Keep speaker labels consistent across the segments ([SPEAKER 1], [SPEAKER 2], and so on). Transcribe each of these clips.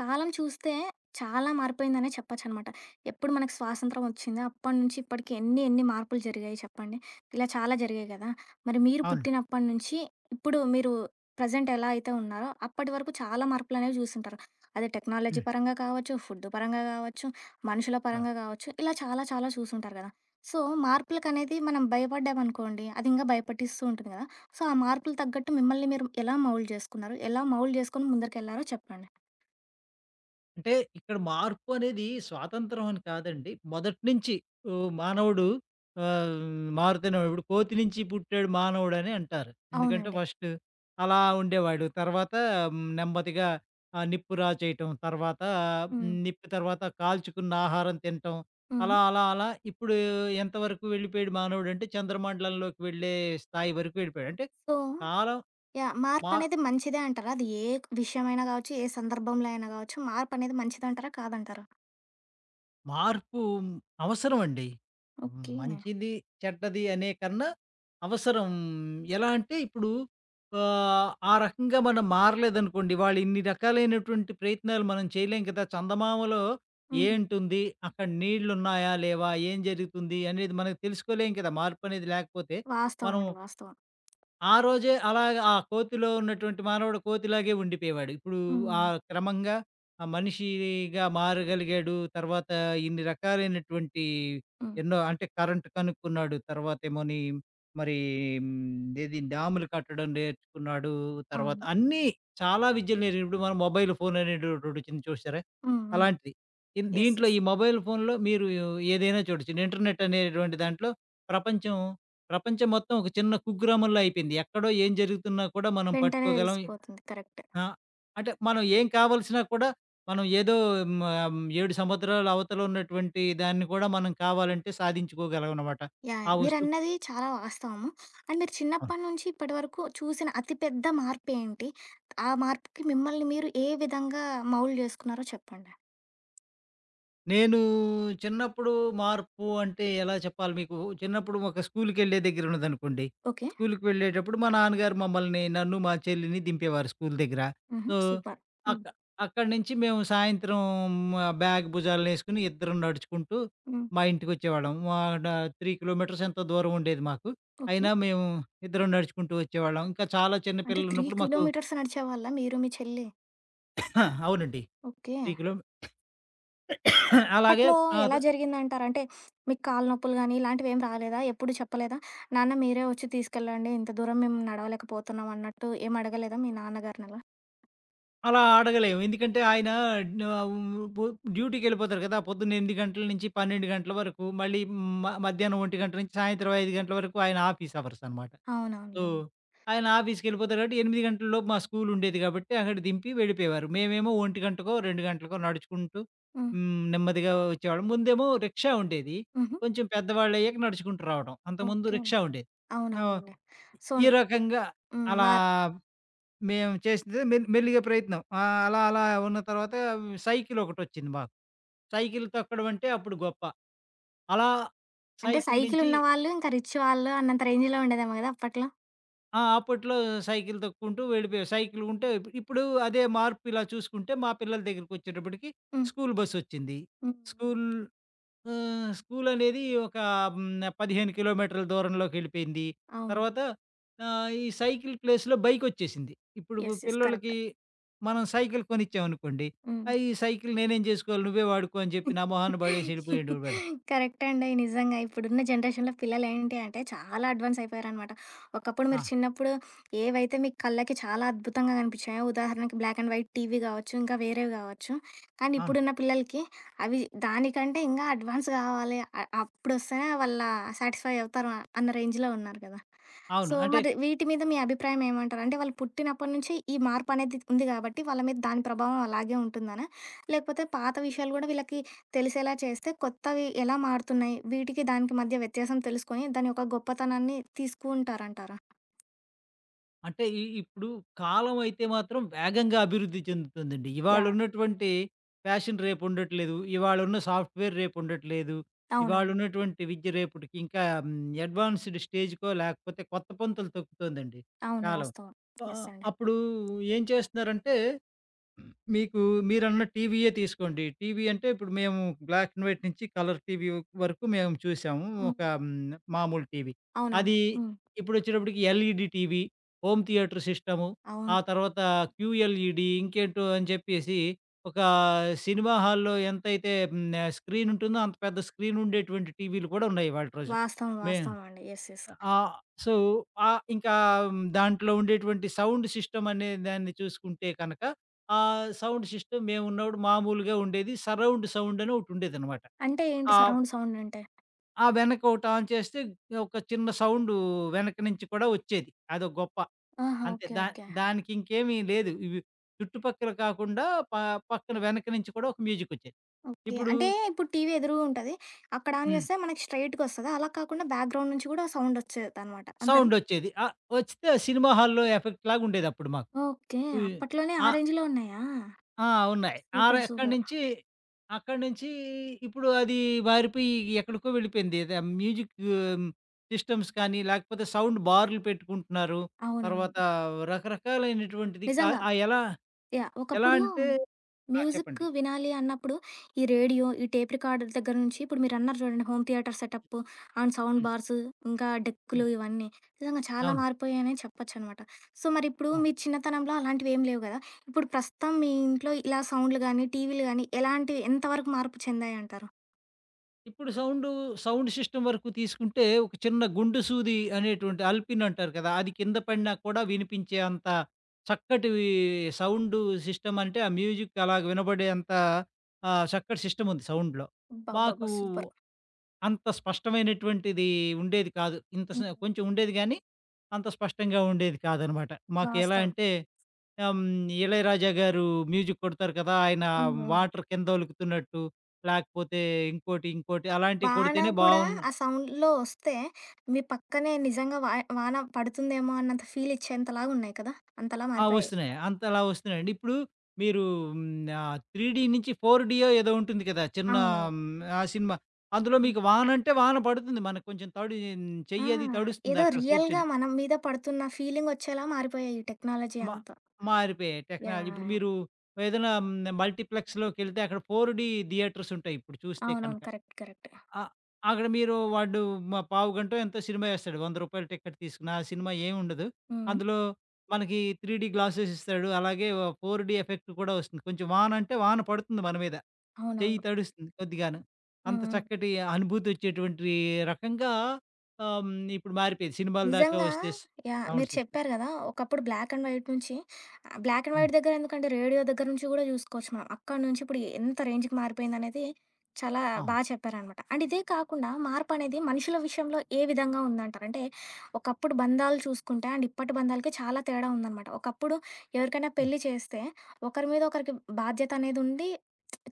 [SPEAKER 1] కాలం చూస్తే చాలా మారిపోయిందనే చెప్పొచ్చనమాట. ఎప్పుడు మనకు స్వాతంత్రం వచ్చిందో అప్పటి నుంచి ఇప్పటికి ఎన్ని ఎన్ని మార్పులు జరిగాయి చెప్పండి? ఇలా చాలా జరిగాయి కదా! మరి మీరు
[SPEAKER 2] అవునండి.
[SPEAKER 1] పుట్టినప్పటి నుంచి ఇప్పుడు మీరు ప్రెజెంట్ ఎలా అయితే ఉన్నారో అప్పటి వరకు చాలా మార్పులనేవి చూసుంటారు. అది టెక్నాలజీ
[SPEAKER 2] హ్మ్.
[SPEAKER 1] పరంగా కావచ్చు, ఫుడ్ పరంగా కావచ్చు, మనుషుల
[SPEAKER 2] అవును.
[SPEAKER 1] పరంగా కావచ్చు, ఇలా చాలా చాలా చూసుంటారు కదా! సో, మార్పులకనేది మనం భయపడ్డామనుకోండి అది ఇంకా భయపెట్టిస్తూ ఉంటుంది కదా! సో, ఆ మార్పులు తగ్గట్టు మిమ్మల్ని మీరు ఎలా మౌల్డ్ చేసుకున్నారు? ఎలా మౌల్డ్ చేసుకొని ముందరికెళ్లారో చెప్పండి?
[SPEAKER 2] అంటే ఇక్కడ మార్పు అనేది స్వాతంత్రం అని కాదండి. మొదటి నుంచి మానవుడు ఆహ్, మారుతూనే ఉన్నాడు. ఇప్పుడు కోతి నుంచి పుట్టాడు మానవుడని అంటారు. ఎందుకంటే
[SPEAKER 1] అవునండి.
[SPEAKER 2] ఫస్ట్ అలా ఉండేవాడు. తర్వాత నెమ్మదిగా నిప్పు రాచేయటం, తర్వాత
[SPEAKER 1] హ్మ్.
[SPEAKER 2] నిప్పు తర్వాత కాల్చుకున్న ఆహారం తినటం.
[SPEAKER 1] హ్మ్.
[SPEAKER 2] అలా, అలా, అలా ఇప్పుడు ఎంతవరకు వెళ్ళిపోయాడు మానవుడు అంటే చంద్రమండలంలోకి వెళ్ళే స్థాయి వరకు వెళ్ళిపోయాడు. అంటే
[SPEAKER 1] సో,
[SPEAKER 2] కాలం
[SPEAKER 1] యాహ్!
[SPEAKER 2] మా
[SPEAKER 1] మార్పనేది మంచిదే అంటారా? అది ఏ విషయమైనా గావచ్చు, ఏ సందర్భంలో అయినా గావచ్చు, మార్పనేది మంచిదంటారా? కాదంటారా?
[SPEAKER 2] మార్పు అవసరమండి.
[SPEAKER 1] ఓకే.
[SPEAKER 2] మంచిది, చెడ్డది అనే కన్నా అవసరం. ఎలా అంటే ఇప్పుడు ఆ రకంగా మనం మారలేదనుకోండి, ఇవాళ ఇన్ని రకాలైనటువంటి ప్రయత్నాలు మనం చేయలేం కదా! చందమామలో
[SPEAKER 1] హ్మ్.
[SPEAKER 2] ఏంటుంది? అక్కడ నీళ్లున్నాయా? లేవా? ఏం జరుగుతుంది? అనేది మనం తెలుసుకోలేం కదా! మార్పనేది లేకపోతే. మనం
[SPEAKER 1] వాస్తవమండి. వాస్తవం.
[SPEAKER 2] ఆ రోజే అలాగా ఆ కోతిలో ఉన్నటువంటి మానవుడు కోతిలాగే ఉండిపోయేవాడు. ఇప్పుడు
[SPEAKER 1] హ్మ్.
[SPEAKER 2] ఆ క్రమంగా ఆ మనిషిగా మారగలిగాడు. తర్వాత ఇన్ని రకాలైనటువంటి
[SPEAKER 1] హ్మ్.
[SPEAKER 2] ఎన్నో అంటే కరెంట్ కనుక్కున్నాడు. తర్వాతేమోని మరి హ్మ్, ఏది డ్యాములు కట్టడం నేర్చుకున్నాడు. తర్వాత
[SPEAKER 1] అవును.
[SPEAKER 2] అన్నీ చాలా విద్యలు ఇప్పుడు మనం మొబైల్ ఫోన్ అనేటోటొచ్చింది చూసారా?
[SPEAKER 1] హ్మ్. హ్మ్.
[SPEAKER 2] అలాంటిది.
[SPEAKER 1] యెస్.
[SPEAKER 2] దీంట్లో
[SPEAKER 1] యెస్.
[SPEAKER 2] ఈ మొబైల్ ఫోన్‌లో మీరు ఏదైనా చూడొచ్చు. ఇంటర్నెట్ అనేటువంటి దాంట్లో ప్రపంచం ప్రపంచం మొత్తం ఒక చిన్న కుగ్రామంలో అయిపోయింది. ఎక్కడో ఏం జరుగుతున్నా కూడా మనం
[SPEAKER 1] వెంటనే
[SPEAKER 2] పట్టుకోగలం.
[SPEAKER 1] తెలిసిపోతుంది. కరెక్టే.
[SPEAKER 2] ఆ! అంటే మనం ఏం కావాల్సినా కూడా మనం 7 సముద్రాల అవతల ఉన్నటువంటి దాన్ని కూడా మనం కావాలంటే సాధించుకోగలమనమాట.
[SPEAKER 1] యాహ్! యాహ్!
[SPEAKER 2] ఆ వస్తువు
[SPEAKER 1] మీరన్నది చాలా వాస్తవము. అండ్ మీరు చిన్నప్పటి నుంచి ఇప్పటి వరకు చూసిన అతి పెద్ద మార్పేంటి? ఆ మార్పుకి మిమ్మల్ని మీరు ఏ విధంగా మౌల్డ్ జేసుకున్నారో చెప్పండి?
[SPEAKER 2] నేను చిన్నప్పుడు మార్పు అంటే ఎలా చెప్పాలి మీకు, చిన్నప్పుడు ఒక స్కూల్‌కెళ్ళే దగ్గర ఉన్నదనుకోండి.
[SPEAKER 1] ఓకే.
[SPEAKER 2] స్కూల్‌కి వెళ్ళేటప్పుడు మా నాన్నగారు మమ్మల్ని, నన్ను, మా చెల్లిని దింపేవారు స్కూల్ దగ్గర.
[SPEAKER 1] హుహు.
[SPEAKER 2] So,
[SPEAKER 1] super. హ్మ్.
[SPEAKER 2] అక్క అక్కడి నుంచి మేము సాయంత్రం మా బ్యాగ్ భుజాలనేసుకొని ఇద్దరం నడుచుకుంటూ
[SPEAKER 1] హ్మ్.
[SPEAKER 2] మా ఇంటికొచ్చేవాళ్ళం. మా డ 3 కిలోమీటర్స్ ఎంతో దూరం ఉండేది మాకు.
[SPEAKER 1] ఓకే.
[SPEAKER 2] అయినా మేము ఇద్దరం నడుచుకుంటూ వచ్చేవాళ్ళం. ఇంకా చాలా చిన్న
[SPEAKER 1] అంటే 3
[SPEAKER 2] పిల్లలున్నప్పుడు మాకు
[SPEAKER 1] కిలోమీటర్స్ నడిచేవాళ్ళా మీరు, మీ చెల్లి?
[SPEAKER 2] అవునండి.
[SPEAKER 1] ఓకే.
[SPEAKER 2] 3 కిలో అలాగే
[SPEAKER 1] అప్పట్లో
[SPEAKER 2] ఆహ్, ద
[SPEAKER 1] ఎలా జరిగిందంటారు? అంటే మీకు కాళ్ళు నొప్పులు గానీ, ఇలాంటివేం రాలేదా? ఎప్పుడు చెప్పలేదా? నాన్న మీరే వచ్చి తీసుకెళ్ళండి, ఇంత దూరం మేము నడవలేకపోతున్నాం అన్నట్టు ఏం అడగలేదా మీ నాన్నగారినలా?
[SPEAKER 2] అలా అడగలేము. ఎందుకంటే ఆయన ఆహ్, పొ డ్యూటీకెళ్ళిపోతారు కదా! పొద్దున్న 8 గంటల నుంచి 12 గంటల వరకు, మళ్ళీ మధ్యాహ్నం 1 గంట నుంచి సాయంత్రం 5 గంటల వరకు ఆయన ఆఫీస్ అవర్స్ అనమాట. సో,
[SPEAKER 1] అవునవునులెండి.
[SPEAKER 2] ఆయన ఆఫీస్‌కెళ్ళిపోతారు కాబట్టి 8 గంటల లోపు మా స్కూలుండేది కాబట్టి అక్కడ దింపి వెళ్ళిపోయేవారు. మేమేమో 1 గంటకో, 2 గంటలకో నడుచుకుంటూ
[SPEAKER 1] హ్మ్.
[SPEAKER 2] హ్మ్. నెమ్మదిగా వచ్చేవాళ్ళం. ముందేమో రిక్షా ఉండేది.
[SPEAKER 1] హుహు.
[SPEAKER 2] కొంచెం పెద్దవాళ్ళయ్యాక నడుచుకుంటూ రావడం. అంతకుముందు
[SPEAKER 1] ఓకే.
[SPEAKER 2] రిక్షా ఉండేది. ఆహ్,
[SPEAKER 1] అవునవునులెండి. సో
[SPEAKER 2] ఈ రకంగా
[SPEAKER 1] హ్మ్.
[SPEAKER 2] అలా మేము చేసింది మెల్లిగా ప్రయత్నం. అలా అలా ఉన్న తర్వాత సైకిల్ ఒకటొచ్చింది మాకు. సైకిల్ తొక్కడం అంటే అప్పుడు గొప్ప. అలా
[SPEAKER 1] అంటే
[SPEAKER 2] సైకిల్ నుంచి
[SPEAKER 1] సైకిలున్న వాళ్ళు ఇంకా రిచ్ వాళ్ళు అన్నంత రేంజ్‌లో ఉండేదేమో గదా అప్పట్లో?
[SPEAKER 2] ఆ! అప్పట్లో సైకిల్ తొక్కుకుంటూ వెళ్ళిపోయాం. సైకిల్ ఉంటే ఇప్పుడు అదే మార్పు ఇలా చూసుకుంటే మా పిల్లల దగ్గరికొచ్చేటప్పటికి
[SPEAKER 1] హ్మ్.
[SPEAKER 2] స్కూల్ బస్సొచ్చింది.
[SPEAKER 1] హ్మ్.
[SPEAKER 2] స్కూల్ స్కూలనేది ఒక హ్మ్. 15 కిలోమీటర్ల దూరంలోకెళ్ళిపోయింది.
[SPEAKER 1] అవును.
[SPEAKER 2] తర్వాత ఈ సైకిల్ ప్లేస్‌లో బైకొచ్చేసింది. ఇప్పుడు
[SPEAKER 1] యెస్. యెస్.
[SPEAKER 2] పిల్లోళ్ళకి
[SPEAKER 1] కరెక్టే.
[SPEAKER 2] మనం సైకిల్ కొనిచ్చామనుకోండి.
[SPEAKER 1] హ్మ్.
[SPEAKER 2] ఈ సైకిల్ నేనేం జేసుకోవాలి? నువ్వే వాడుకో అని జెప్పి నా మొహాన బడేసి ఎళ్ళిపోయేటోడి పరిస్థితి.
[SPEAKER 1] కరెక్ట్ అండి. నిజంగా ఇప్పుడున్న జనరేషన్‌లో పిల్లలు ఏంటి అంటే చాలా అడ్వాన్స్ అయిపోయారనమాట. ఒకప్పుడు మీరు
[SPEAKER 2] ఆ!
[SPEAKER 1] చిన్నప్పుడు ఏవైతే మీ కళ్ళకి చాలా అద్భుతంగా కనిపించాయో, ఉదాహరణకి బ్లాక్ అండ్ వైట్ టీవీ కావచ్చు, ఇంకా వేరేవి కావచ్చు. కానీ
[SPEAKER 2] అవును.
[SPEAKER 1] ఇప్పుడున్న పిల్లలకి అవి దానికంటే ఇంకా అడ్వాన్స్ కావాలి. అప్పుడొస్తేనే వాళ్ళ సాటిస్ఫై అవుతారు అన్న రేంజ్‌లో ఉన్నారు కదా! సో,
[SPEAKER 2] అవును. అంటే
[SPEAKER 1] మరి వీటి మీద మీ అభిప్రాయం ఏమంటారు? అంటే వాళ్ళు పుట్టినప్పటి నుంచి ఈ మార్పనేది ఉంది కాబట్టి వాళ్ళ మీద దాని ప్రభావం అలాగే ఉంటుందనా? లేకపోతే పాత విషయాలు కూడా వీళ్ళకి తెలిసేలా చేస్తే కొత్తవి ఎలా మారుతున్నాయి? వీటికి దానికి మధ్య వ్యత్యాసం తెలుసుకొని దాని యొక్క గొప్పతనాన్ని తీసుకుంటారంటారా?
[SPEAKER 2] అంటే ఇప్పుడు కాలం అయితే మాత్రం వేగంగా అభివృద్ధి చెందుతుందండి.
[SPEAKER 1] యాహ్!
[SPEAKER 2] ఇవాళున్నటువంటి ఫ్యాషన్ రేపుండట్లేదు. ఇవాళున్న సాఫ్ట్‌వేర్ రేపుండట్లేదు.
[SPEAKER 1] అవునవును.
[SPEAKER 2] ఇవాళున్నటువంటి విద్య రేపటికి ఇంకా అడ్వాన్స్‌డ్ స్టేజ్‌కో లేకపోతే కొత్త పంతులు తొక్కుతోందండి
[SPEAKER 1] అవును.
[SPEAKER 2] కాలం.
[SPEAKER 1] వాస్తవం. యెస్ అండి.
[SPEAKER 2] అప్పుడు ఏం చేస్తున్నారంటే హ్మ్. మీకు మీరన్న టీవీయే తీసుకోండి. టీవీ అంటే ఇప్పుడు మేము బ్లాక్ అండ్ వైట్ నుంచి కలర్ టీవీ వరకు మేము చూసాము.
[SPEAKER 1] హ్మ్.
[SPEAKER 2] ఒక హ్మ్. మామూలు టీవీ.
[SPEAKER 1] అవునవును.
[SPEAKER 2] అది
[SPEAKER 1] హ్మ్.
[SPEAKER 2] ఇప్పుడొచ్చేటప్పటికి LED TV, home theatre system,
[SPEAKER 1] అవును.
[SPEAKER 2] ఆ తర్వాత క్యూఎల్ఈడీ ఇంకేంటో అని చెప్పేసి ఒక సినిమా హాల్‌లో ఎంతైతే హ్మ్. స్క్రీన్ ఉంటుందో అంత పెద్ద స్క్రీన్ ఉండేటువంటి టీవీలు కూడా ఉన్నాయి ఇవాల్టి రోజు.
[SPEAKER 1] వాస్తవం.
[SPEAKER 2] మే
[SPEAKER 1] వాస్తవం అండి. యెస్. యెస్.
[SPEAKER 2] ఆహ్, సో, ఆహ్, ఇంకా మ్, దాంట్లో ఉండేటువంటి సౌండ్ సిస్టమ్ అనే దాన్ని చూసుకుంటే కనక, ఆ సౌండ్ సిస్టమ్ మేమున్నప్పుడు మామూలుగా ఉండేది. సరౌండ్ సౌండ్ అని ఒకటుండేదనమాట.
[SPEAKER 1] అంటే ఏంటి
[SPEAKER 2] ఆహ్,
[SPEAKER 1] సరౌండ్ సౌండ్ అంటే?
[SPEAKER 2] ఆ ఆ వెనక ఒకటి ఆన్ చేస్తే ఒక చిన్న సౌండు వెనక నుంచి కూడా వచ్చేది. అదో గొప్ప.
[SPEAKER 1] ఆహా!
[SPEAKER 2] అంతే
[SPEAKER 1] ఓకే. ఓకే.
[SPEAKER 2] దానికింకేమీ లేదు. ఇవి చుట్టుపక్కల కాకుండా ప పక్కన వెనక నుంచి కూడా ఒక మ్యూజికొచ్చేది.
[SPEAKER 1] ఓకే.
[SPEAKER 2] ఇప్పుడు
[SPEAKER 1] అంటే ఇప్పుడు టీవీ ఎదురుగా ఉంటది. అక్కడ ఆన్
[SPEAKER 2] హ్మ్.
[SPEAKER 1] చేస్తే మనకి స్ట్రెయిట్‌గొస్తదా? అలా కాకుండా బ్యాక్‌గ్రౌండ్ నుంచి కూడా సౌండ్ వచ్చేదనమాట. అంతేనా?
[SPEAKER 2] సౌండొచ్చేది. వచ్చితే ఆ సినిమా హాల్‌లో ఎఫెక్ట్ లాగుండేదప్పుడు మాకు.
[SPEAKER 1] ఓకే.
[SPEAKER 2] ఈ
[SPEAKER 1] అప్పట్లోనే ఆ
[SPEAKER 2] ఆ!
[SPEAKER 1] రేంజ్‌లో ఉన్నాయా?
[SPEAKER 2] ఆ! ఉన్నాయి.
[SPEAKER 1] సూపర్.
[SPEAKER 2] అక్కడి
[SPEAKER 1] సూపర్.
[SPEAKER 2] నుంచి అక్కడి నుంచి ఇప్పుడు అది మారిపోయి ఎక్కడికో వెళ్ళిపోయింది. ఏదో మ్యూజిక్ సిస్టమ్స్ కానీ, లేకపోతే సౌండ్ బార్‌లు పెట్టుకుంటున్నారు.
[SPEAKER 1] అవునవును.
[SPEAKER 2] తర్వాత రకరకాలైనటువంటిది కా
[SPEAKER 1] నిజంగా.
[SPEAKER 2] ఆహ్, ఎలా
[SPEAKER 1] యాహ్!
[SPEAKER 2] ఎలా
[SPEAKER 1] ఒకప్పుడు
[SPEAKER 2] అంటే ఆ!
[SPEAKER 1] మ్యూజిక్
[SPEAKER 2] చెప్పండి.
[SPEAKER 1] వినాలి అన్నప్పుడు ఈ రేడియో, ఈ టేప్ రికార్డర్ దగ్గర నుంచి ఇప్పుడు మీరన్నారు చూడండి home theatre setup and sound
[SPEAKER 2] hmm.
[SPEAKER 1] Bars, ఇంకా డెక్కులు
[SPEAKER 2] హ్మ్.
[SPEAKER 1] ఇవన్నీ. నిజంగా చాలా
[SPEAKER 2] అవును.
[SPEAKER 1] మారిపోయాయనే చెప్పొచ్చనమాట. సో, మరిప్పుడు
[SPEAKER 2] ఆ!
[SPEAKER 1] మీ చిన్నతనంలో అలాంటివేం లేవు గదా! ఇప్పుడు ప్రస్తుతం మీ ఇంట్లో ఇలా సౌండ్‌లు గానీ, టీవీలు గానీ ఎలాంటివి ఎంత వరకు మార్పు చెందాయంటారు?
[SPEAKER 2] ఇప్పుడు సౌండు, సౌండ్ సిస్టమ్ వరకు తీసుకుంటే, ఒక చిన్న గుండు సూది అనేటువంటి అల్పిన్ అంటారు కదా! అది కింద పడినా కూడా వినిపించే అంత చక్కటి సౌండు సిస్టమ్ అంటే, ఆ మ్యూజిక్ అలాగ వినబడే అంత చక్కటి సిస్టమ్ ఉంది సౌండ్‌లో. మాకు
[SPEAKER 1] అబ్బబ్బబ్బా! సూపర్.
[SPEAKER 2] అంత స్పష్టమైనటువంటిది ఉండేది కాదు. ఇంత స
[SPEAKER 1] హ్మ్.
[SPEAKER 2] కొంచెం ఉండేది గానీ, అంత స్పష్టంగా ఉండేది కాదనమాట. మాకెలా
[SPEAKER 1] వాస్తవం.
[SPEAKER 2] అంటే ఆహ్, హ్మ్. 'ఇళయరాజా' గారు మ్యూజిక్ కొడతారు కదా! ఆయన
[SPEAKER 1] హ్మ్. హ్మ్.
[SPEAKER 2] వాటర్ కింద ఒలుకుతున్నట్టు, లేకపోతే ఇంకోటి అలాంటివి
[SPEAKER 1] వాన
[SPEAKER 2] కొడితేనే
[SPEAKER 1] కూడా
[SPEAKER 2] బావున్ను
[SPEAKER 1] ఆ సౌండ్‌లో వస్తే, మీ పక్కనే నిజంగా వాన పడుతుందేమో అన్నంత ఫీల్ ఇచ్చేంతలాగా ఉన్నాయి కదా! అంతలా
[SPEAKER 2] ఆ!
[SPEAKER 1] మారిపోయాయి.
[SPEAKER 2] వస్తున్నాయి. అంత అలా వస్తున్నాయండి. ఇప్పుడు మీరు హ్మ్. 3 డీ నుంచి 4 డీయో ఏదో ఉంటుంది కదా! చిన్న
[SPEAKER 1] అవునవును.
[SPEAKER 2] హ్మ్. ఆ సినిమా. అందులో
[SPEAKER 1] హ్మ్.
[SPEAKER 2] మీకు వానంటే వాన పడుతుంది. మనకు కొంచెం తడి
[SPEAKER 1] ఆ!
[SPEAKER 2] చెయ్యది తడుస్తుంది
[SPEAKER 1] ఏదో
[SPEAKER 2] అక్కడ
[SPEAKER 1] రియల్‌గా
[SPEAKER 2] కూర్చొని.
[SPEAKER 1] మనం మీద పడుతున్న ఫీలింగ్ వచ్చేలా మారిపోయాయి ఈ టెక్నాలజీ
[SPEAKER 2] మా
[SPEAKER 1] అంతా.
[SPEAKER 2] మారిపోయాయి
[SPEAKER 1] యాహ్!
[SPEAKER 2] టెక్నాలజీ. ఇప్పుడు
[SPEAKER 1] యాహ్!
[SPEAKER 2] మీరు ఏదైనా మల్టీప్లెక్స్‌లోకెళ్తే అక్కడ 4డీ థియేటర్స్ ఉంటాయి ఇప్పుడు చూస్తే
[SPEAKER 1] అవునవును.
[SPEAKER 2] కనక.
[SPEAKER 1] కరెక్ట్. కరెక్ట్.
[SPEAKER 2] అ అక్కడ మీరు వాడు మ పావుగంటో ఎంతో సినిమా ఏస్తాడు. రూ. 100 టికెట్ తీసుకున్న ఆ సినిమా ఏముండదు.
[SPEAKER 1] హ్మ్.
[SPEAKER 2] అందులో మనకి 3డీ గ్లాసెస్ ఇస్తాడు. అలాగే ఓ 4డీ ఎఫెక్ట్ కూడా వస్తుంది. కొంచెం వాన అంటే వాన పడుతుంది మన మీద. చెయ్యి
[SPEAKER 1] అవునవును.
[SPEAKER 2] తడుస్తుంది కొద్దిగాను.
[SPEAKER 1] హ్మ్.
[SPEAKER 2] అంత
[SPEAKER 1] హ్మ్.
[SPEAKER 2] చక్కటి అనుభూతొచ్చేటువంటి రకంగా ఇప్పుడు మారిపోయింది. సినిమాల దాకా
[SPEAKER 1] నిజంగా
[SPEAKER 2] వస్తే
[SPEAKER 1] యాహ్!
[SPEAKER 2] సౌండ్
[SPEAKER 1] మీరు
[SPEAKER 2] సిస్టమ్.
[SPEAKER 1] చెప్పారు గదా! ఒకప్పుడు బ్లాక్ అండ్ వైట్ నుంచి బ్లాక్ అండ్
[SPEAKER 2] హ్మ్.
[SPEAKER 1] వైట్ దగ్గర ఎందుకంటే రేడియో దగ్గర నుంచి గూడా జూసుకోవచ్చు మనం. అక్కడి నుంచి ఇప్పుడు ఎంత రేంజ్‌కి మారిపోయిందనేది చాలా
[SPEAKER 2] ఆ!
[SPEAKER 1] చెప్పారనమాట. అండ్ ఇదే కాకుండా మార్పనేది మనుషుల విషయంలో ఏ విధంగా ఉందంటారు? అంటే ఒకప్పుడు బంధాలు చూసుకుంటే అండ్ ఇప్పటి బంధాలకి చాలా తేడా ఉందనమాట. ఒకప్పుడు ఎవరికైనా
[SPEAKER 2] హ్మ్.
[SPEAKER 1] పెళ్లి చేస్తే ఒకరి మీద ఒకరికి బాధ్యతనేదుండి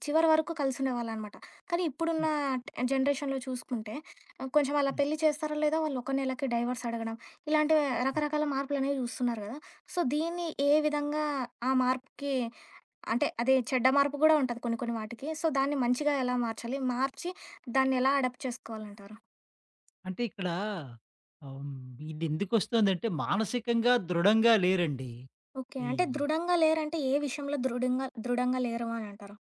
[SPEAKER 1] చివరి వరకు కలిసుండేవాళ్ళనమాట. కానీ ఇప్పుడున్న
[SPEAKER 2] హ్మ్.
[SPEAKER 1] జనరేషన్‌లో చూసుకుంటే ఆ, కొంచెం అలా
[SPEAKER 2] హ్మ్.
[SPEAKER 1] పెళ్లి చేస్తారో లేదో వాళ్ళు ఒక నెలకి డైవర్స్ అడగడం ఇలాంటి
[SPEAKER 2] హ్మ్.
[SPEAKER 1] రకరకాల మార్పులు అనేవి చూస్తున్నారు కదా. సో దీన్ని ఏ విధంగా ఆ మార్పుకి అంటే అదే చెడ్డ మార్పు కూడా ఉంటుంది కొన్ని కొన్ని వాటికి సో దాన్ని మంచిగా ఎలా మార్చాలి మార్చి దాన్ని ఎలా అడాప్ట్ చేసుకోవాలంటారు?
[SPEAKER 2] అంటే ఇక్కడ ఆహ్, ఇది ఎందుకొస్తుందంటే మానసికంగా దృఢంగా లేరండి.
[SPEAKER 1] ఓకే
[SPEAKER 2] ఈ
[SPEAKER 1] అంటే దృఢంగా లేరంటే ఏ విషయంలో దృఢంగా దృఢంగా లేరు అని అంటారు?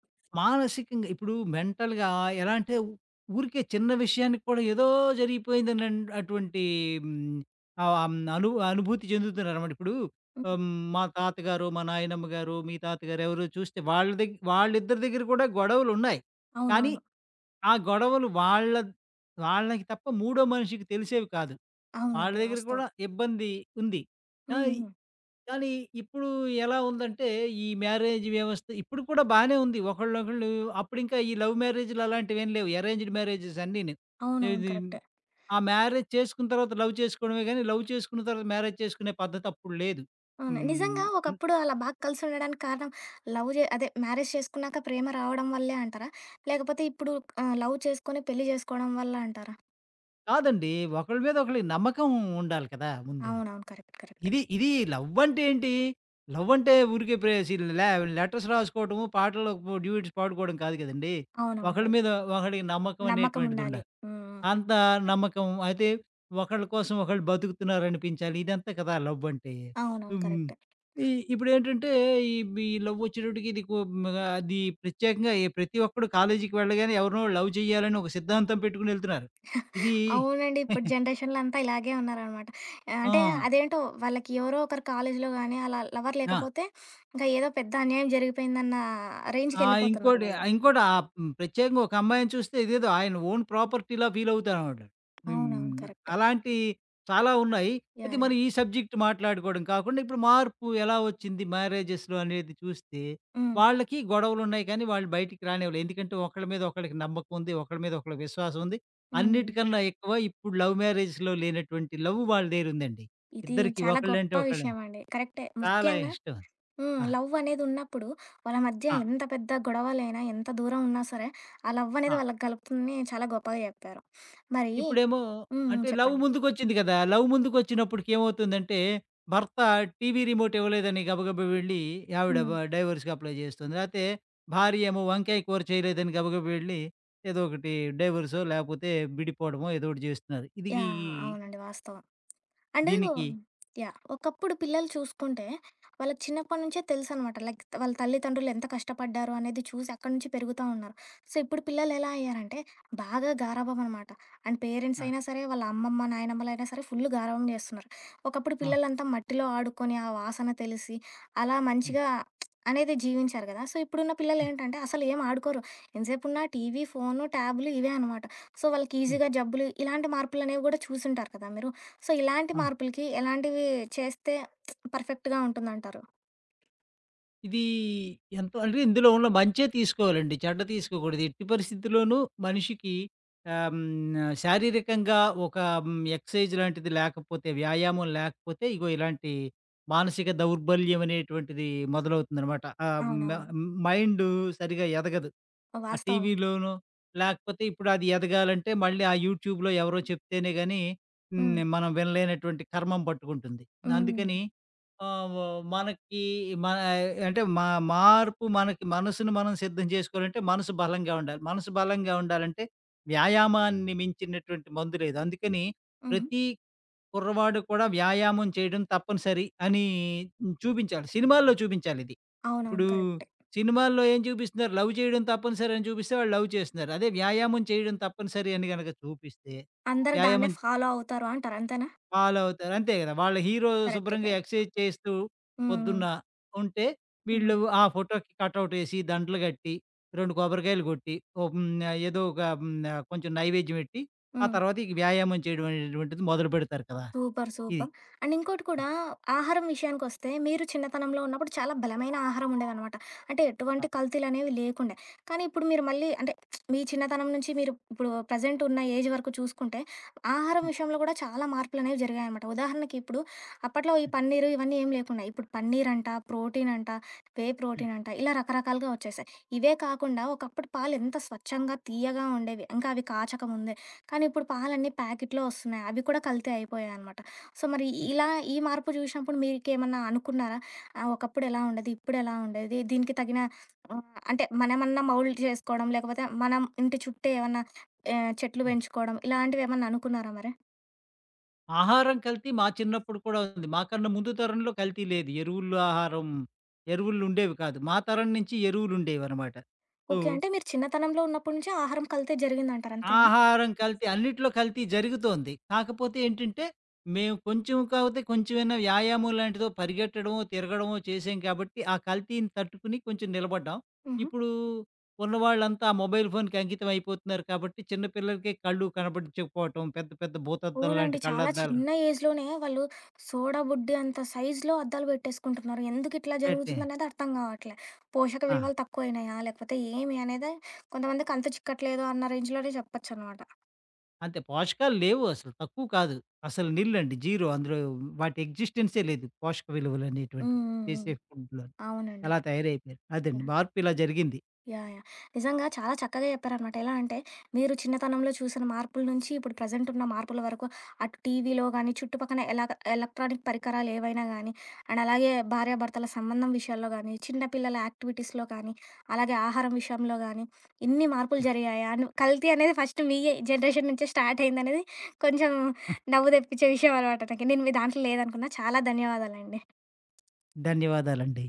[SPEAKER 2] మానసికంగా ఇప్పుడు మెంటల్‌గా ఎలా అంటే ఊరికే చిన్న విషయానికి కూడా ఏదో జరిగిపోయిందని అటువంటి హ్మ్, ఆహ్, హ్మ్, అను అనుభూతి చెందుతున్నారనమాట. ఇప్పుడు
[SPEAKER 1] ఉమ్,
[SPEAKER 2] ఆహ్, మా తాతగారు, మా నాయనమ్మ గారు, మీ తాతగారు ఎవరో చూస్తే వాళ్ళిద్దరి దగ్గర కూడా గొడవలున్నాయి. కానీ
[SPEAKER 1] అవునవును.
[SPEAKER 2] ఆ గొడవలు వాళ్ళకి తప్ప మూడో మనిషికి తెలిసేవి కాదు. వాళ్ళ
[SPEAKER 1] అవునండి.
[SPEAKER 2] దగ్గర కూడా
[SPEAKER 1] వాస్తవం.
[SPEAKER 2] ఇబ్బంది ఉంది.
[SPEAKER 1] ఉమ్,
[SPEAKER 2] ఆహ్,
[SPEAKER 1] ఉమ్,
[SPEAKER 2] కానీ ఇప్పుడు ఎలా ఉందంటే ఈ మ్యారేజ్ వ్యవస్థ ఇప్పుడు కూడా బానే ఉంది. ఒకళ్ళనొకళ్ళు అప్పుడింకా ఈ లవ్ మ్యారేజ్‌లు అలాంటివేం లేవు. అరేంజ్డ్ మ్యారేజెస్ అన్నీను.
[SPEAKER 1] అవునవును.
[SPEAKER 2] ఇది
[SPEAKER 1] కరెక్ట్.
[SPEAKER 2] ఆ మ్యారేజ్ చేసుకున్న తర్వాత లవ్ చేసుకోవడమే గానీ, లవ్ చేసుకున్న తర్వాత మ్యారేజ్ చేసుకునే పద్ధతి అప్పుడు లేదు.
[SPEAKER 1] అవును.
[SPEAKER 2] హ్మ్.
[SPEAKER 1] నిజంగా
[SPEAKER 2] హ్మ్.
[SPEAKER 1] ఒకప్పుడు అలా బాగా కలిసి ఉండడానికి కారణం లవ్ జే అదే మ్యారేజ్ చేసుకున్నాక ప్రేమ రావడం వల్లే అంటారా? లేకపోతే ఇప్పుడు లవ్ చేసుకొని పెళ్లి చేసుకోవడం వల్ల అంటారా?
[SPEAKER 2] కాదండి. ఒకళ్ళ మీద ఒకళ్ళకి నమ్మకం ఉండాలి కదా ముందు.
[SPEAKER 1] అవునవును. కరెక్ట్. కరెక్ట్.
[SPEAKER 2] ఇది ఇది లవ్ అంటే ఏంటి? లవ్ అంటే ఊరికే ప్రేయసి లే లెటర్స్ రాసుకోవటము, పాటలు డ్యూయెట్స్ పాడుకోవడం కాదు కదండీ!
[SPEAKER 1] అవునవును.
[SPEAKER 2] ఒకళ్ళ
[SPEAKER 1] కరెక్ట్.
[SPEAKER 2] మీద ఒకళ్ళకి నమ్మకం
[SPEAKER 1] నమ్మకం
[SPEAKER 2] అనేటువంటిది
[SPEAKER 1] ఉండాలి.
[SPEAKER 2] ఉండాలి.
[SPEAKER 1] హ్మ్.
[SPEAKER 2] అంత నమ్మకం అయితే ఒకళ్ళ కోసం ఒకళ్ళు బతుకుతున్నారనిపించాలి. ఇదంతా కదా లవ్ అంటే.
[SPEAKER 1] అవునవును.
[SPEAKER 2] హ్మ్.
[SPEAKER 1] కరెక్ట్.
[SPEAKER 2] ఇ ఇప్పుడేంటంటే ఈ ఈ లవ్ వచ్చేటప్పటికి ఇది కు అది ప్రత్యేకంగా ప్రతి ఒక్కడు కాలేజీకి వెళ్ళగానే ఎవరినో లవ్ చేయాలని ఒక సిద్ధాంతం పెట్టుకొని ఎళ్తున్నారు. ఇది
[SPEAKER 1] అవునండి. ఇప్పుడు జనరేషన్‌లో అంతా ఇలాగే ఉన్నారనమాట.
[SPEAKER 2] ఆ!
[SPEAKER 1] అంటే అదేంటో వాళ్ళకి ఎవరో ఒకరు కాలేజీలో గానీ అలా లవర్
[SPEAKER 2] ఆ!
[SPEAKER 1] లేకపోతే ఇంకా ఏదో పెద్ద అన్యాయం జరిగిపోయిందన్న
[SPEAKER 2] ఆ!
[SPEAKER 1] రేంజ్‌కెళ్ళిపోతున్నారు వాళ్ళు.
[SPEAKER 2] ఇంకోటి ప్రత్యేకంగా ఒక అమ్మాయిని చూస్తే ఇదేదో ఆయన ఓన్ ప్రాపర్టీలా ఫీల్ అవుతానమాట.
[SPEAKER 1] అవునవును.
[SPEAKER 2] హ్మ్.
[SPEAKER 1] కరెక్ట్.
[SPEAKER 2] అలాంటి చాలా ఉన్నాయి. అయితే
[SPEAKER 1] యాహ్!
[SPEAKER 2] మనం
[SPEAKER 1] యాహ్!
[SPEAKER 2] ఈ సబ్జెక్ట్ మాట్లాడుకోవడం కాకుండా ఇప్పుడు మార్పు ఎలా వచ్చింది మ్యారేజెస్‌లో అనేది చూస్తే,
[SPEAKER 1] హ్మ్.
[SPEAKER 2] వాళ్ళకి గొడవలున్నాయి కానీ వాళ్ళు బయటికి రానివ్వలే. ఎందుకంటే ఒకళ్ళ మీద ఒకళ్ళకి నమ్మకం ఉంది. ఒకళ్ళ మీద ఒకళ్ళకి విశ్వాసం ఉంది.
[SPEAKER 1] హ్మ్.
[SPEAKER 2] అన్నిటికన్నా ఎక్కువ ఇప్పుడు లవ్ మ్యారేజెస్‌లో లేనటువంటి లవ్ వాళ్ళ దగ్గరుందండి.
[SPEAKER 1] ఇది
[SPEAKER 2] ఇద్దరికీ
[SPEAKER 1] చాలా గొప్ప
[SPEAKER 2] ఒకళ్ళంటే ఒకళ్ళే
[SPEAKER 1] విషయం అండి. కరెక్టే.
[SPEAKER 2] చాలా
[SPEAKER 1] ముఖ్యంగా
[SPEAKER 2] ఇష్టం.
[SPEAKER 1] హ్మ్.
[SPEAKER 2] ఆ!
[SPEAKER 1] లవ్ అనేది ఉన్నప్పుడు వాళ్ళ మధ్య
[SPEAKER 2] ఆ!
[SPEAKER 1] ఎంత పెద్ద గొడవలైనా, ఎంత దూరం ఉన్నా సరే, ఆ లవ్ అనేది
[SPEAKER 2] ఆ!
[SPEAKER 1] వాళ్ళకి కలుపుతుందని చాలా గొప్పగా చెప్పారు. మరి
[SPEAKER 2] ఇప్పుడేమో
[SPEAKER 1] హ్మ్. హ్మ్.
[SPEAKER 2] అంటే లవ్
[SPEAKER 1] చెప్పండి.
[SPEAKER 2] ముందుకొచ్చింది కదా! లవ్ ముందుకొచ్చినప్పటికేమవుతుందంటే, భర్త టీవీ రిమోట్ ఇవ్వలేదని గబగబా వెళ్ళి ఆవిడ
[SPEAKER 1] హ్మ్.
[SPEAKER 2] డైవోర్స్‌కి అప్లై చేస్తుంది. లేతే భార్య ఏమో వంకాయ కూర చేయలేదని గబగబా వెళ్ళి ఏదో ఒకటి డైవోర్సో, లేపోతే విడిపోవడమో ఏదో ఒకటి చేస్తున్నారు.
[SPEAKER 1] యాహ్! అవునండి. వాస్తవం. అండ్
[SPEAKER 2] దీనికి
[SPEAKER 1] యాహ్! ఒకప్పుడు పిల్లలు చూసుకుంటే, వాళ్ళకి చిన్నప్పటి నుంచే తెలుసనమాట. లైక్ వాళ్ళ తల్లిదండ్రులు ఎంత కష్టపడ్డారు అనేది చూసి అక్కడి నుంచి పెరుగుతా ఉన్నారు. సో, ఇప్పుడు పిల్లలు ఎలా అయ్యారంటే, బాగా గారాబం అనమాట. అండ్ పేరెంట్స్
[SPEAKER 2] ఆ!
[SPEAKER 1] అయినా సరే, వాళ్ళ అమ్మమ్మ, నాయనమ్మలైనా సరే ఫుల్ గారాబం చేస్తున్నారు. ఒకప్పుడు
[SPEAKER 2] అవును.
[SPEAKER 1] పిల్లలంతా మట్టిలో ఆడుకొని, ఆ వాసన తెలిసి, అలా
[SPEAKER 2] హ్మ్.
[SPEAKER 1] మంచిగా అనేది జీవించారు కదా! సో, ఇప్పుడున్న
[SPEAKER 2] హ్మ్.
[SPEAKER 1] పిల్లలేంటంటే, అసలు ఏం ఆడుకోరు. ఎంతసేపున్నా టీవీ, ఫోను, ట్యాబులు ఇవే అనమాట. సో, వాళ్ళకి
[SPEAKER 2] హ్మ్.
[SPEAKER 1] ఈజీగా జబ్బులు, ఇలాంటి మార్పులనేవి కూడా చూసుంటారు కదా మీరు. సో, ఇలాంటి
[SPEAKER 2] అవును.
[SPEAKER 1] మార్పులకి ఎలాంటివి చేస్తే పర్ఫెక్ట్‌గా ఉంటుందంటారు?
[SPEAKER 2] ఇది ఎంతో అంటే ఇందులో ఉన్న మంచే తీసుకోవాలండి. చెడ్డ తీసుకోకూడదు. ఎట్టి పరిస్థితిలోనూ మనిషికి ఆహ్, హ్మ్. శారీరకంగా ఒక హ్మ్. ఎక్సర్‌సైజ్ లాంటిది లేకపోతే, వ్యాయామం లేకపోతే ఇగో ఇలాంటి మానసిక దౌర్బల్యం అనేటువంటిది మొదలవుతుందనమాట. ఆహ్, మ
[SPEAKER 1] అవునవును.
[SPEAKER 2] మైండు సరిగా ఎదగదు. ఆ
[SPEAKER 1] వాస్తవం అండి.
[SPEAKER 2] టీవీలోనో, లేకపోతే ఇప్పుడది ఎదగాలంటే మళ్ళీ ఆ యూట్యూబ్‌లో ఎవరో చెప్తేనే గాని
[SPEAKER 1] హ్మ్.
[SPEAKER 2] హ్మ్. మనం వినలేనటువంటి కర్మం పట్టుకుంటుంది.
[SPEAKER 1] హ్మ్.
[SPEAKER 2] అందుకని ఆహ్, వ మనకి మన అంటే మార్పు మనకి మనసును మనం సిద్ధం చేసుకోవాలంటే మనసు బలంగా ఉండాలి. మనసు బలంగా ఉండాలంటే వ్యాయామాన్ని మించినటువంటి మందు లేదు. అందుకని
[SPEAKER 1] హుహు.
[SPEAKER 2] ప్రతి కుర్రవాడు కూడా వ్యాయామం చేయడం తప్పనిసరి అని చూపించాలి. సినిమాల్లో చూపించాలిది.
[SPEAKER 1] అవునవును.
[SPEAKER 2] ఇప్పుడు
[SPEAKER 1] కరెక్టే.
[SPEAKER 2] సినిమాల్లో ఏం చూపిస్తున్నారు? లవ్ చేయడం తప్పనిసరి అని చూపిస్తే వాళ్ళు లవ్ చేస్తున్నారు. అదే వ్యాయామం చేయడం తప్పనిసరి అని గనక చూపిస్తే,
[SPEAKER 1] అందరూ దాన్నే
[SPEAKER 2] వ్యాయామం
[SPEAKER 1] ఫాలో అవుతారు అంటారు. అంతేనా?
[SPEAKER 2] ఫాలో అవుతారు. అంతే కదా! వాళ్ళ హీరో
[SPEAKER 1] కరెక్టే.
[SPEAKER 2] శుభ్రంగా
[SPEAKER 1] కరెక్ట్.
[SPEAKER 2] ఎక్సర్సైజ్ చేస్తూ
[SPEAKER 1] హ్మ్. హ్మ్.
[SPEAKER 2] పొద్దున్న ఉంటే,
[SPEAKER 1] హ్మ్.
[SPEAKER 2] వీళ్ళు ఆ ఫోటోకి కటౌట్ ఏసి, దండలు కట్టి, 2 కొబ్బరికాయలు కొట్టి, ఓ హ్మ్. ఏదో ఒక హ్మ్. కొంచెం నైవేద్యం పెట్టి, ఆ
[SPEAKER 1] హ్మ్.
[SPEAKER 2] తర్వాత ఈ వ్యాయామం చేయడం అనేటువంటిది మొదలుపెడతారు కదా!
[SPEAKER 1] సూపర్.
[SPEAKER 2] ఇది.
[SPEAKER 1] సూపర్. అండ్ ఇంకోటి
[SPEAKER 2] ఆ!
[SPEAKER 1] కూడా ఆహారం విషయానికొస్తే మీరు చిన్నతనంలో ఉన్నప్పుడు చాలా బలమైన ఆహారం ఉండేదనమాట. అంటే ఎటువంటి కల్తీలనేవి లేకుండే. కానీ ఇప్పుడు మీరు మళ్ళీ అంటే మీ చిన్నతనం నుంచి మీరు ఇప్పుడు ప్రెజెంట్ ఉన్న ఏజ్ వరకు చూసుకుంటే ఆహారం
[SPEAKER 2] హ్మ్.
[SPEAKER 1] విషయంలో కూడా చాలా మార్పులనేవి జరిగాయనమాట. ఉదాహరణకి ఇప్పుడు అప్పట్లో ఈ
[SPEAKER 2] హ్మ్.
[SPEAKER 1] పన్నీరు ఇవన్నీ ఏం లేకుండా ఇప్పుడు పన్నీర్ అంట, ప్రోటీన్ అంట, వే
[SPEAKER 2] హ్మ్.
[SPEAKER 1] ప్రోటీన్ అంట ఇలా రకరకాలుగా వచ్చేసాయి. ఇవే కాకుండా ఒకప్పుడు పాలు ఎంత స్వచ్ఛంగా, తీయగా ఉండేవి. ఇంకా అవి కాచక ముందే. కానీ ఇప్పుడు పాలన్నీ ప్యాకెట్‌లో వస్తున్నాయి. అవి కూడా కల్తీ అయిపోయాయనమాట. సో, మరి
[SPEAKER 2] హ్మ్.
[SPEAKER 1] ఇలా ఈ మార్పు చూసినప్పుడు మీకేమన్నా అనుకున్నారా? ఒకప్పుడు ఎలా ఉండేది? ఇప్పుడు ఎలా ఉండేది? దీనికి తగిన ఆహ్, అంటే మనమన్నా మౌల్డ్ చేసుకోవడం, లేకపోతే మనం ఇంటి చుట్టే ఏమన్నా చెట్లు
[SPEAKER 2] హ్మ్.
[SPEAKER 1] పెంచుకోవడం ఇలాంటివేమన్నా అనుకున్నారా మరి?
[SPEAKER 2] ఆహారం కల్తీ మా చిన్నప్పుడు కూడా ఉంది. మాకన్నా ముందు తరంలో కల్తీ లేదు. ఎరువుల్లో ఆహారం ఎరువులు ఉండేవి కాదు. మా తరం నుంచి ఎరువులుండేవనమాట. So,
[SPEAKER 1] okay. అంటే మీరు చిన్నతనంలో ఉన్నప్పటి నుంచి ఆహారం కల్తీ జరిగిందంటారు అంతేనా?
[SPEAKER 2] ఆహారం కల్తీ అన్నిట్లో కల్తీ జరుగుతోంది. కాకపోతే ఏంటంటే, మేము కొంచెం కాకపోతే కొంచెమైనా వ్యాయామం లాంటిదో పరిగెట్టడమో, తిరగడమో చేసాం కాబట్టి, ఆ కల్తీని తట్టుకుని కొంచెం నిలబడ్డాం.
[SPEAKER 1] హుహు.
[SPEAKER 2] ఇప్పుడు ఉన్నవాళ్ళంతా మొబైల్ ఫోన్‌కి అంకితం అయిపోతున్నారు కాబట్టి, చిన్న పిల్లలకే కళ్ళు కనబడించకపోవటం, పెద్ద పెద్ద భూతద్దం
[SPEAKER 1] అవునండి.
[SPEAKER 2] లాంటి
[SPEAKER 1] చాలా
[SPEAKER 2] కళ్ళద్దాలు
[SPEAKER 1] చిన్న ఏజ్‌లోనే వాళ్ళు సోడా బుడ్డి అంత సైజులో అద్దాలు పెట్టేసుకుంటున్నారు. ఎందుకిట్లా
[SPEAKER 2] పెట్టి
[SPEAKER 1] జరుగుతుందనేది అర్థం కావట్లే. పోషక
[SPEAKER 2] ఆ!
[SPEAKER 1] విలువలు తక్కువయినాయా? లేకపోతే ఏమి అనేది కొంతమందికి అంతు చిక్కట్లేదు అన్న రేంజ్‌లోనే చెప్పొచ్చనమాట.
[SPEAKER 2] అంతే పోషకాలు లేవు అసలు. తక్కువ కాదు. అసలు నిల్లండి. జీరో అందులో వాటి ఎగ్జిస్టెన్సే లేదు. పోషక
[SPEAKER 1] హ్మ్.
[SPEAKER 2] విలువలనేటువంటివి
[SPEAKER 1] హ్మ్. హ్మ్.
[SPEAKER 2] చేసే ఫుడ్‌లో.
[SPEAKER 1] అవునండి.
[SPEAKER 2] అలా తయారైపోయారు. అదండి
[SPEAKER 1] యాహ్!
[SPEAKER 2] మార్పు ఇలా జరిగింది.
[SPEAKER 1] యాహ్! యాహ్! నిజంగా చాలా చక్కగా చెప్పారనమాట. ఎలా అంటే, మీరు చిన్నతనంలో చూసిన మార్పుల నుంచి ఇప్పుడు ప్రెజెంట్ ఉన్న మార్పుల వరకు, అటు టీవీలో గానీ, చుట్టుపక్కన ఎలా ఎలక్ట్రానిక్ పరికరాలు ఏవైనా గానీ, అండ్ అలాగే భార్యాభర్తల సంబంధం విషయాల్లో గానీ, చిన్న పిల్లల యాక్టివిటీస్‌లో కానీ, అలాగే ఆహారం విషయంలో గానీ, ఇన్ని మార్పులు జరిగాయా? అను కల్తీ అనేది ఫస్ట్ మీ జనరేషన్ నుంచే స్టార్ట్ అయిందనేది కొంచెం నవ్వు తెప్పించే విషయం అనమాట నాకు. నేను మీ దాంట్లో లేదనుకున్నా. చాలా ధన్యవాదాలండి.
[SPEAKER 2] ధన్యవాదాలండి.